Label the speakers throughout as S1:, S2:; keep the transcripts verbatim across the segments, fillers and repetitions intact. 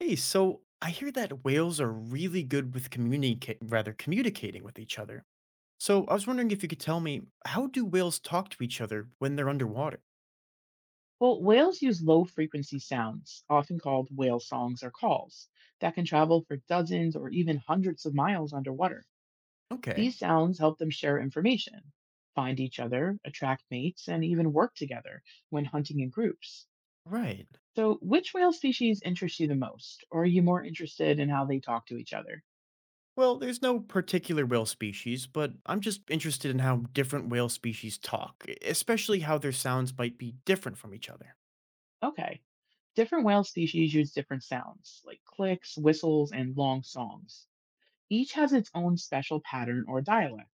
S1: Hey, so I hear that whales are really good with communicate rather communicating with each other. So I was wondering if you could tell me how do whales talk to each other when they're underwater?
S2: Well, whales use low frequency sounds, often called whale songs or calls, that can travel for dozens or even hundreds of miles underwater.
S1: Okay.
S2: These sounds help them share information, find each other, attract mates, and even work together when hunting in groups.
S1: Right.
S2: So, which whale species interests you the most, or are you more interested in how they talk to each other?
S1: Well, there's no particular whale species, but I'm just interested in how different whale species talk, e- especially how their sounds might be different from each other.
S2: Okay. Different whale species use different sounds, like clicks, whistles, and long songs. Each has its own special pattern or dialect.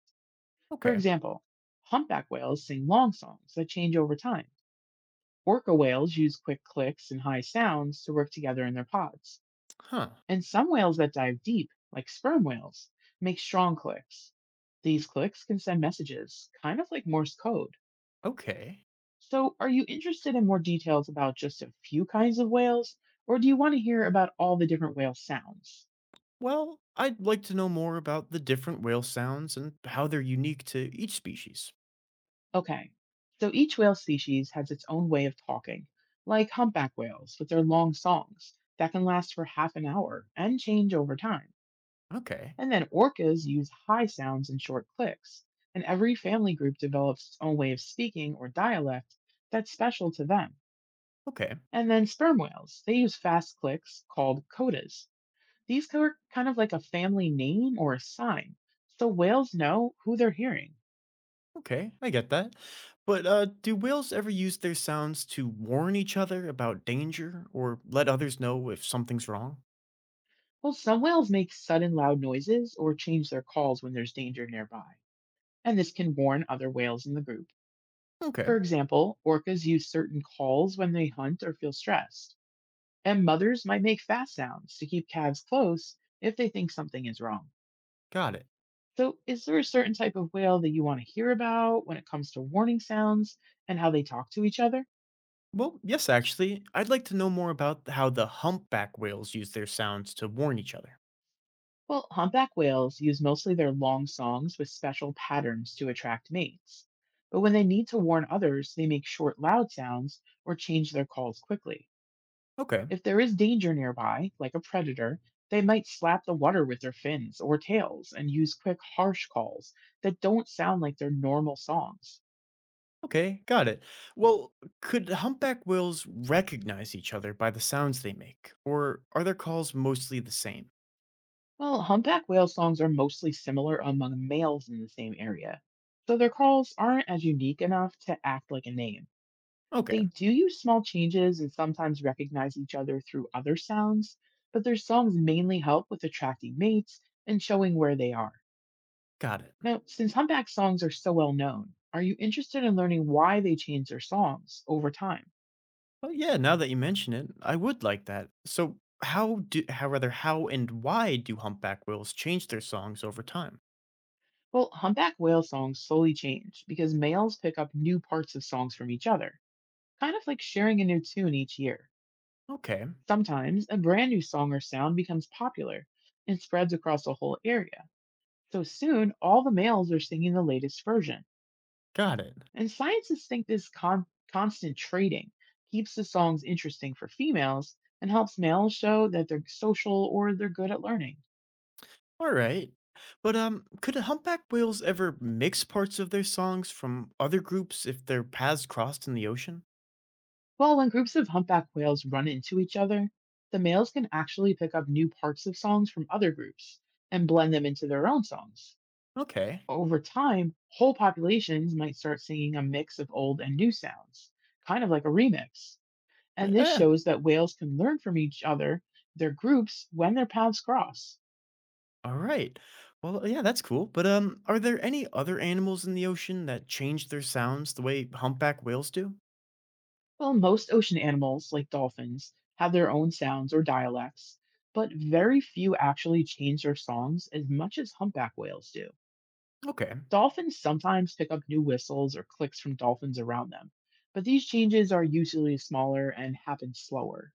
S2: For
S1: Okay.
S2: example, humpback whales sing long songs that change over time. Orca whales use quick clicks and high sounds to work together in their pods.
S1: Huh.
S2: And some whales that dive deep, like sperm whales, make strong clicks. These clicks can send messages, kind of like Morse code.
S1: Okay.
S2: So, are you interested in more details about just a few kinds of whales, or do you want to hear about all the different whale sounds?
S1: Well, I'd like to know more about the different whale sounds and how they're unique to each species.
S2: Okay, so each whale species has its own way of talking, like humpback whales with their long songs that can last for half an hour and change over time.
S1: Okay.
S2: And then orcas use high sounds and short clicks. And every family group develops its own way of speaking or dialect that's special to them.
S1: Okay.
S2: And then sperm whales, they use fast clicks called codas. These co- are kind of like a family name or a sign, so whales know who they're hearing.
S1: Okay, I get that. But uh, do whales ever use their sounds to warn each other about danger or let others know if something's wrong?
S2: Well, some whales make sudden loud noises or change their calls when there's danger nearby, and this can warn other whales in the group.
S1: Okay,
S2: For example, orcas use certain calls when they hunt or feel stressed, and mothers might make fast sounds to keep calves close if they think something is wrong.
S1: got it.
S2: So, is there a certain type of whale that you want to hear about when it comes to warning sounds and how they talk to each other?
S1: Well, yes, actually, I'd like to know more about how the humpback whales use their sounds to warn each other.
S2: Well, humpback whales use mostly their long songs with special patterns to attract mates. But when they need to warn others, they make short, loud sounds or change their calls quickly.
S1: Okay,
S2: If there is danger nearby, like a predator, they might slap the water with their fins or tails and use quick, harsh calls that don't sound like their normal songs.
S1: okay, got it. Well, could humpback whales recognize each other by the sounds they make, or are their calls mostly the same?
S2: Well, humpback whale songs are mostly similar among males in the same area, so their calls aren't as unique enough to act like a name.
S1: Okay,
S2: They do use small changes and sometimes recognize each other through other sounds, but their songs mainly help with attracting mates and showing where they are.
S1: got it.
S2: Now, since humpback songs are so well known, are you interested in learning why they change their songs over time?
S1: Oh yeah, now that you mention it, I would like that. So, how do, how rather, how and why do humpback whales change their songs over time?
S2: Well, humpback whale songs slowly change because males pick up new parts of songs from each other, kind of like sharing a new tune each year.
S1: Okay,
S2: Sometimes a brand new song or sound becomes popular and spreads across a whole area. So soon, all the males are singing the latest version.
S1: got it.
S2: And scientists think this con- constant trading keeps the songs interesting for females and helps males show that they're social or they're good at learning.
S1: All right. But um, could humpback whales ever mix parts of their songs from other groups if their paths crossed in the ocean?
S2: Well, when groups of humpback whales run into each other, the males can actually pick up new parts of songs from other groups and blend them into their own songs.
S1: Okay.
S2: Over time, whole populations might start singing a mix of old and new sounds, kind of like a remix. And this
S1: Yeah.
S2: shows that whales can learn from each other, their groups, when their paths cross.
S1: All right. Well, yeah, that's cool. But um, are there any other animals in the ocean that change their sounds the way humpback whales do?
S2: Well, most ocean animals, like dolphins, have their own sounds or dialects, but very few actually change their songs as much as humpback whales do.
S1: Okay.
S2: Dolphins sometimes pick up new whistles or clicks from dolphins around them, but these changes are usually smaller and happen slower.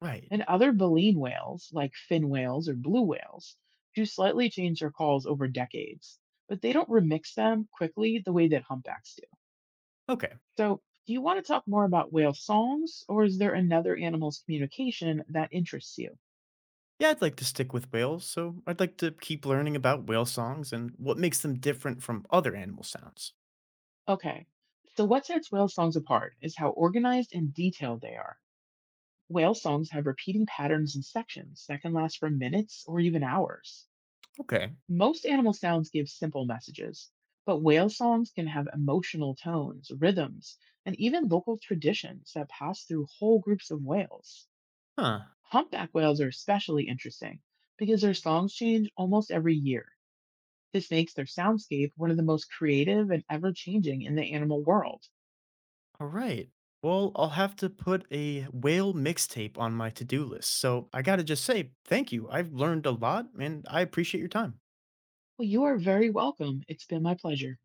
S1: Right.
S2: And other baleen whales, like fin whales or blue whales, do slightly change their calls over decades, but they don't remix them quickly the way that humpbacks do.
S1: Okay.
S2: So, do you want to talk more about whale songs, or is there another animal's communication that interests you?
S1: Yeah, I'd like to stick with whales, so I'd like to keep learning about whale songs and what makes them different from other animal sounds.
S2: Okay, so what sets whale songs apart is how organized and detailed they are. Whale songs have repeating patterns and sections that can last for minutes or even hours.
S1: Okay.
S2: Most animal sounds give simple messages, but whale songs can have emotional tones, rhythms, and even local traditions that pass through whole groups of whales.
S1: Huh.
S2: Humpback whales are especially interesting because their songs change almost every year. This makes their soundscape one of the most creative and ever changing in the animal world.
S1: All right. Well, I'll have to put a whale mixtape on my to do list. So I got to just say, thank you. I've learned a lot and I appreciate your time.
S2: Well, you are very welcome. It's been my pleasure.